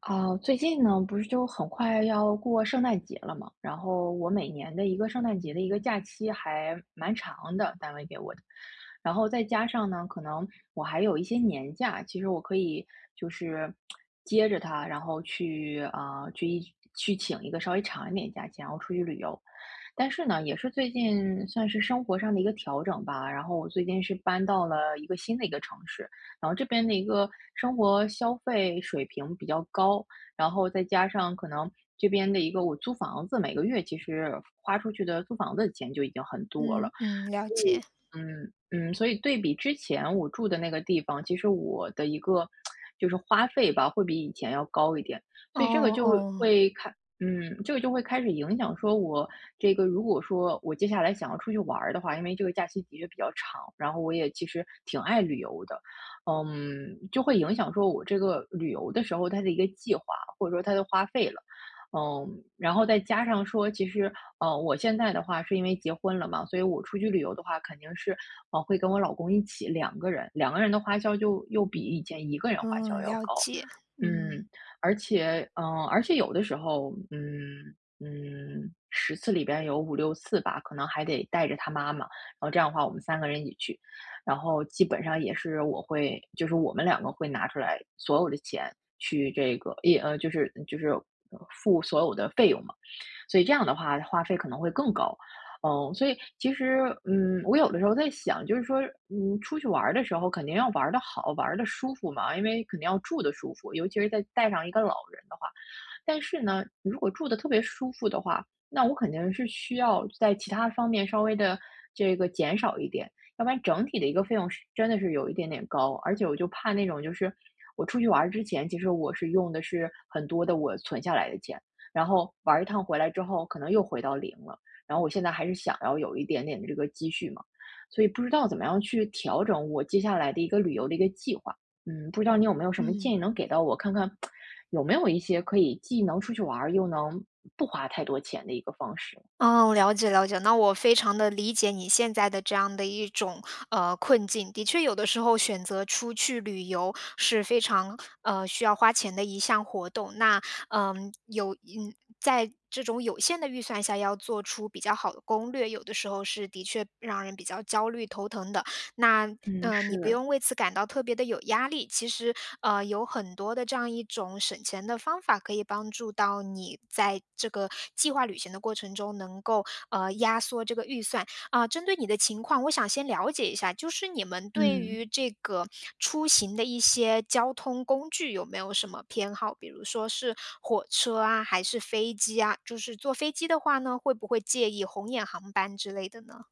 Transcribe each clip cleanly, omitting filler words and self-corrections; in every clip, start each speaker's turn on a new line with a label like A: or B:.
A: 啊，最近呢，不是就很快要过圣诞节了嘛，然后我每年的一个圣诞节的一个假期还蛮长的，单位给我的，然后再加上呢，可能我还有一些年假，其实我可以就是接着它，然后去请一个稍微长一点假期，然后出去旅游。但是呢，也是最近算是生活上的一个调整吧，然后我最近是搬到了一个新的城市，然后这边的一个生活消费水平比较高，然后再加上可能这边的一个我租房子，每个月其实花出去的租房子的钱就已经很多了。
B: 嗯嗯，了解。
A: 嗯嗯，所以对比之前我住的那个地方，其实我的一个就是花费吧，会比以前要高一点，
B: 哦
A: 所以这个就
B: 哦，
A: 会开，嗯，这个就会开始影响说我如果说我接下来想要出去玩儿的话，因为这个假期的确比较长，然后我也其实挺爱旅游的，就会影响说我这个旅游的时候它的一个计划，或者说它的花费了。然后再加上说，其实我现在的话是因为结婚了嘛，所以我出去旅游的话，肯定是，会跟我老公一起两个人，两个人的花销就又比以前一个人花销
B: 嗯，
A: 要
B: 了
A: 高。
B: 解。
A: 嗯，
B: 嗯
A: 而且有的时候，十次里边有五六次吧，可能还得带着他妈妈，然后这样的话我们三个人一起去。然后基本上也是就是我们两个会拿出来所有的钱去这个也呃，就是付所有的费用嘛，所以这样的话花费可能会更高。所以其实，我有的时候在想，就是说，出去玩儿的时候肯定要玩的好，玩的舒服嘛，因为肯定要住的舒服，尤其是再带上一个老人的话，但是呢，如果住的特别舒服的话，那我肯定是需要在其他方面稍微的这个减少一点，要不然整体的一个费用是真的是有一点点高。而且我就怕那种就是我出去玩儿之前，其实我是用的是很多的我存下来的钱，然后玩儿一趟回来之后可能又回到零了，然后我现在还是想要有一点点的这个积蓄嘛，所以不知道怎么样去调整我接下来的一个旅游的一个计划。不知道你有没有什么建议
B: 嗯，
A: 能给到我，看看有没有一些可以既能出去玩儿，又能不花太多钱的一个方式？
B: 哦，了解了解。那我非常的理解你现在的这样的一种，困境。的确有的时候选择出去旅游是非常，需要花钱的一项活动。那，嗯，有嗯，在这种有限的预算下要做出比较好的攻略，有的时候是的确让人比较焦虑头疼的。那，
A: 嗯，
B: 你不
A: 是，
B: 用为此感到特别的有压力，其实，有很多的这样一种省钱的方法，可以帮助到你在这个计划旅行的过程中能够，压缩这个预算。啊，针对你的情况，我想先了解一下，就是你们对
A: 嗯。
B: 于这个出行的一些交通工具有没有什么偏好？比如说是火车啊，还是飞机啊？就是坐飞机的话呢，会不会介意红眼航班之类的呢？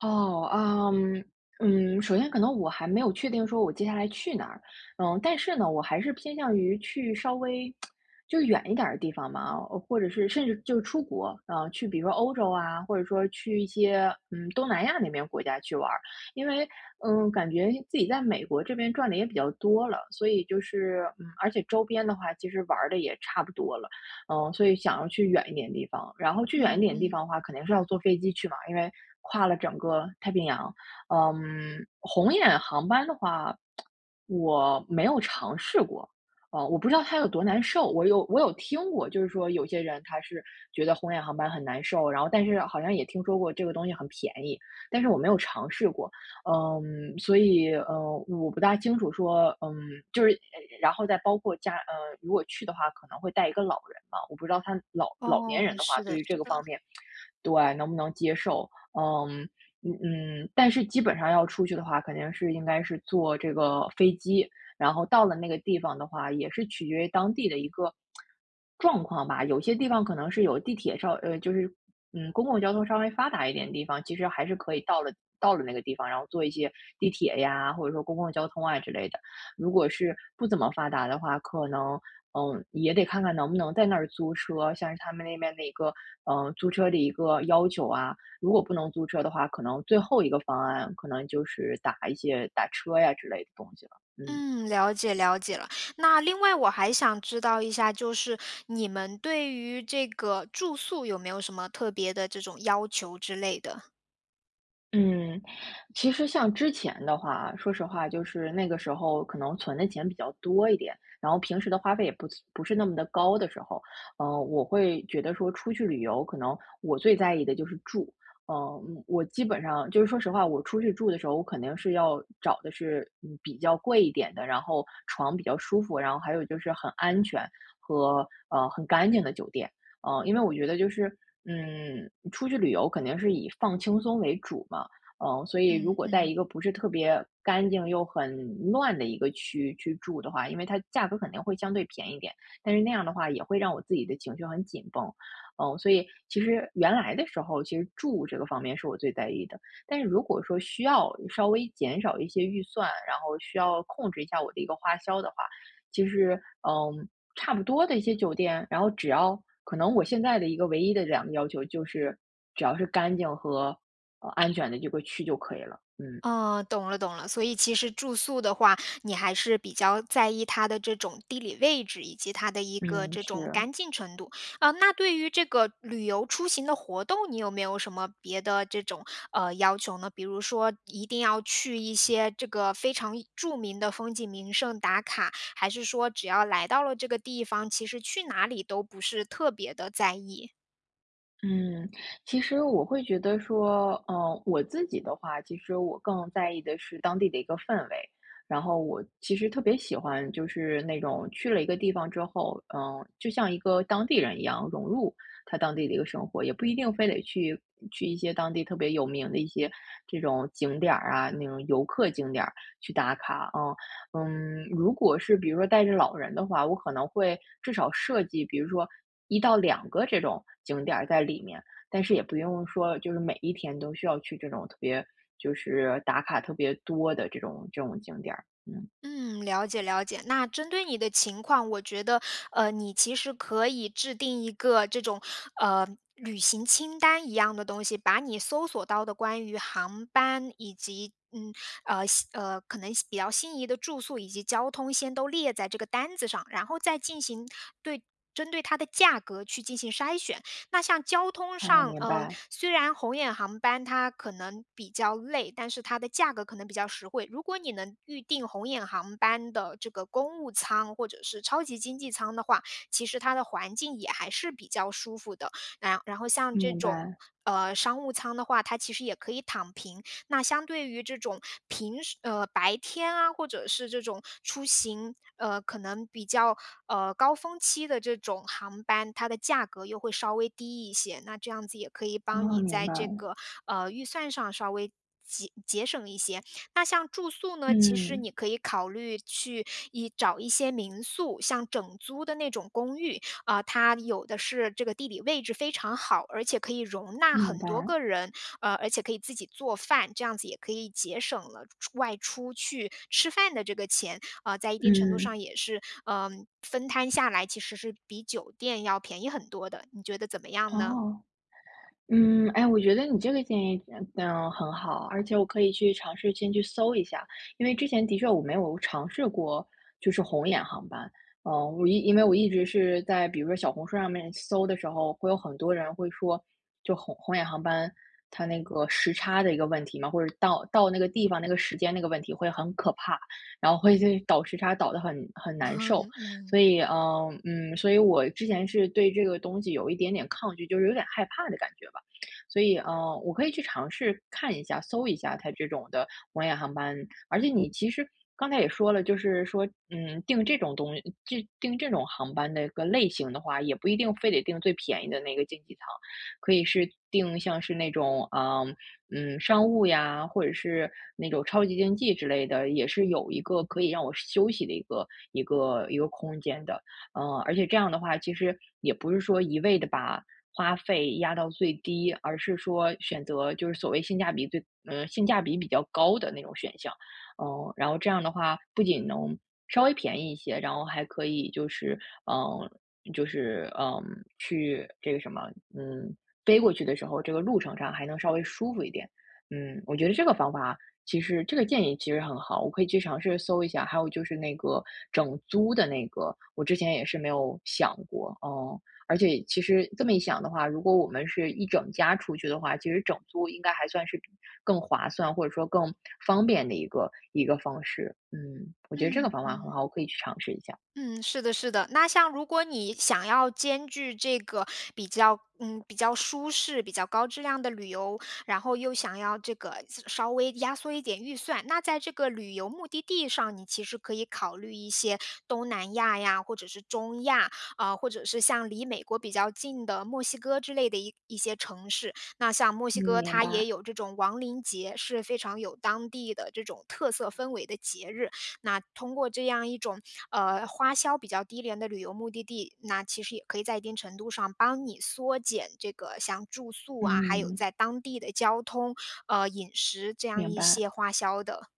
A: 哦，嗯，嗯，首先可能我还没有确定说我接下来去哪儿，嗯，但是呢，我还是偏向于去稍微就远一点儿的地方嘛，或者是甚至就是出国，啊，去比如说欧洲啊，或者说去一些东南亚那边国家去玩儿，因为感觉自己在美国这边转的也比较多了，所以就是而且周边的话其实玩儿的也差不多了。嗯，所以想要去远一点的地方。然后去远一
B: 嗯
A: 点的地方
B: 嗯。
A: 的话，肯定是要坐飞机去嘛，因为跨了整个太平洋。嗯，红眼航班的话，我没有尝试过，我不知道它有多难受。我有听过，就是说有些人他是觉得红眼航班很难受，然后但是好像也听说过这个东西很便宜，但是我没有尝试过。所以，我不大清楚说，就是，然后再包括如果去的话，可能会带一个老人嘛，我不知道老年
B: 哦，
A: 人的话，
B: 是
A: 对
B: 的
A: 于这
B: 是
A: 个
B: 的。
A: 方面，对，能不能接受？嗯嗯嗯，但是基本上要出去的话，肯定是应该是坐这个飞机，然后到了那个地方的话，也是取决于当地的一个状况吧。有些地方可能是有地铁就是公共交通稍微发达一点的地方，其实还是可以到了那个地方，然后坐一些地铁呀，或者说公共交通啊之类的。如果是不怎么发达的话，可能也得看看能不能在那儿租车，像是他们那边的一个租车的一个要求啊。如果不能租车的话，可能最后一个方案可能就是打一些打车呀之类的东西了。嗯。
B: 嗯，了解了解了。那另外我还想知道一下，就是你们对于这个住宿有没有什么特别的这种要求之类的？
A: 嗯，其实像之前的话，说实话，就是那个时候可能存的钱比较多一点，然后平时的花费也不是不是那么的高的时候，我会觉得说出去旅游，可能我最在意的就是住。嗯，我基本上就是说实话，我出去住的时候，我肯定是要找的是比较贵一点的，然后床比较舒服，然后还有就是很安全和很干净的酒店。因为我觉得就是，出去旅游肯定是以放轻松为主嘛，所以如
B: 嗯
A: 果在一
B: 嗯。
A: 个不是特别干净又很乱的一个区去住的话，因为它价格肯定会相对便宜一点，但是那样的话也会让我自己的情绪很紧绷，所以其实原来的时候，其实住这个方面是我最在意的，但是如果说需要稍微减少一些预算，然后需要控制一下我的一个花销的话，其实，差不多的一些酒店，然后只要可能我现在的一个唯一的两个要求就是，只要是干净和，安全的这个区就可以了。嗯，
B: 哦，懂了懂了，所以其实住宿的话，你还是比较在意它的这种地理位置，以及它的一个
A: 嗯，
B: 这种
A: 是。
B: 干净程度。呃，那对于这个旅游出行的活动，你有没有什么别的这种要求呢？比如说一定要去一些这个非常著名的风景名胜打卡，还是说只要来到了这个地方，其实去哪里都不是特别的在意？
A: 嗯，其实我会觉得说，我自己的话，其实我更在意的是当地的一个氛围。然后我其实特别喜欢，就是那种去了一个地方之后，就像一个当地人一样融入他当地的一个生活，也不一定非得去一些当地特别有名的一些这种景点儿啊，那种游客景点儿去打卡，如果是比如说带着老人的话，我可能会至少设计，比如说一到两个这种景点儿在里面，但是也不用说就是每一天都需要去这种特别就是打卡特别多的这种这种景点儿。嗯，
B: 嗯，了解了解。那针对你的情况，我觉得，你其实可以制定一个这种，呃，旅行清单一样的东西，把你搜索到的关于航班以及呃，可能比较心仪的住宿以及交通先都列在这个单子上，然后再进行对针对它的价格去进行筛选。那像交通
A: 哦，
B: 上，
A: 明白，
B: 虽然红眼航班它可能比较累，但是它的价格可能比较实惠。如果你能预定红眼航班的这个公务舱或者是超级经济舱的话，其实它的环境也还是比较舒服的。然然后像这
A: 明
B: 种。
A: 白，
B: 商务舱的话，它其实也可以躺平，那相对于这种平时白天啊，或者是这种出行可能比较高峰期的这种航班，它的价格又会稍微低一些。那这样子也可以帮
A: 哦，
B: 你
A: 明
B: 在这
A: 白，
B: 个预算上稍微。节节省一些，那像住宿呢，其实
A: 嗯，
B: 你可以考虑去找一些民宿，像整租的那种公寓，啊，它有的是这个地理位置非常好，而且可以容纳
A: 明
B: 很多
A: 白，
B: 个人，而且可以自己做饭，这样子也可以节省了出外出去吃饭的这个钱，在一定程度
A: 嗯，
B: 上也是，嗯，分摊下来其实是比酒店要便宜很多的，你觉得怎么样呢？
A: 哦。哎，我觉得你这个建议很好，而且我可以去尝试先去搜一下，因为之前的确我没有尝试过，就是红眼航班。嗯，因为我一直是在比如说小红书上面搜的时候，会有很多人会说，就红眼航班它那个时差的一个问题嘛，或者到那个地方那个时间那个问题会很可怕，然后会就倒时差倒得很 难受。
B: 嗯嗯。
A: 所以，嗯嗯，所以我之前是对这个东西有一点点抗拒，就是有点害怕的感觉吧。所以，我可以去尝试看一下、搜一下它这种的红眼航班。而且你其实刚才也说了，就是说，订这种东西，订这种航班的一个类型的话，也不一定非得订最便宜的那个经济舱，可以是订像是那种，啊，嗯，商务呀，或者是那种超级经济之类的，也是有一个可以让我休息的一个空间的。嗯，而且这样的话，其实也不是说一味的把花费压到最低，而是说选择就是所谓性价比最性价比比较高的那种选项。嗯，然后这样的话，不仅能稍微便宜一些，然后还可以就是，嗯，就是，嗯，去这个什么，嗯，飞过去的时候，这个路程上还能稍微舒服一点。嗯，我觉得这个方法其实这个建议其实很好，我可以去尝试搜一下。还有就是那个整租的那个，我之前也是没有想过，嗯。而且其实这么一想的话，如果我们是一整家出去的话，其实整租应该还算是比更划算，或者说更方便的一个方式。嗯，我觉得这个
B: 嗯
A: 方法很
B: 嗯。
A: 好，我可以去尝试一下。
B: 嗯，是的，是的。那像如果你想要兼具这个比较，嗯，比较舒适、比较高质量的旅游，然后又想要这个稍微压缩一点预算，那在这个旅游目的地上，你其实可以考虑一些东南亚呀，或者是中亚啊、或者是像离美国比较近的墨西哥之类的一些城市。那像墨
A: 嗯，
B: 西哥，
A: 明
B: 它也
A: 白，
B: 有这种亡灵节，是非常有当地的这种特色氛围的节日。那通过这样一种花销比较低廉的旅游目的地，那其实也可以在一定程度上帮你缩减这个像住宿啊，还有
A: 嗯，
B: 在当地的交通、饮食这样
A: 明
B: 一
A: 白。
B: 些花销的。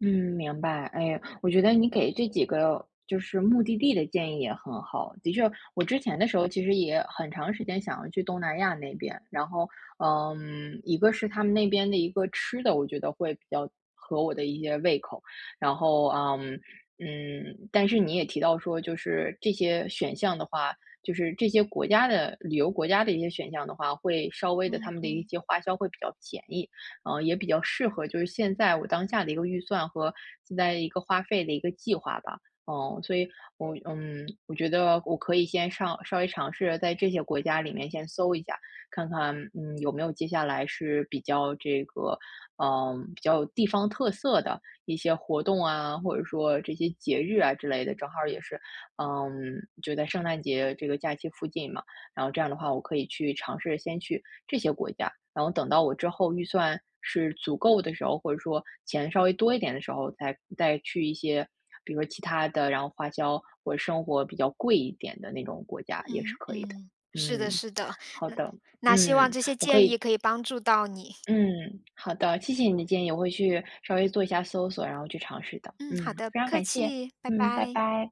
A: 嗯，明白。哎呀我觉得你给这几个就是目的地的建议也很好。的确，我之前的时候其实也很长时间想要去东南亚那边，然后，嗯，一个是他们那边的一个吃的，我觉得会比较合我的一些胃口，然后，嗯嗯，但是你也提到说，就是这些选项的话，就是这些国家的旅游国家的一些选项的话，会稍微的他
B: 嗯
A: 们的一
B: 嗯
A: 些花销会比较便宜。呃，也比较适合就是现在我当下的一个预算和现在一个花费的一个计划吧。嗯，所以我我觉得我可以先上稍微尝试在这些国家里面先搜一下，看看有没有接下来是比较这个比较有地方特色的一些活动啊，或者说这些节日啊之类的，正好儿也是嗯就在圣诞节这个假期附近嘛。然后这样的话，我可以去尝试先去这些国家，然后等到我之后预算是足够的时候，或者说钱稍微多一点的时候，再去一些，比如说其他的，然后花销或者生活比较贵一点的那种国家也是
B: 嗯
A: 可以的。
B: 嗯，是的，
A: 嗯，
B: 是的，
A: 好
B: 那
A: 的，
B: 那希望
A: 嗯，
B: 这些
A: 我可
B: 建议
A: 以，
B: 可以帮助到你。
A: 嗯，好的，谢谢你的建议，我会去稍微做一下搜索，然后去尝试的。嗯，
B: 嗯，好的，不
A: 非常
B: 客
A: 感谢，
B: 气，拜
A: 嗯，拜
B: 拜。
A: 拜。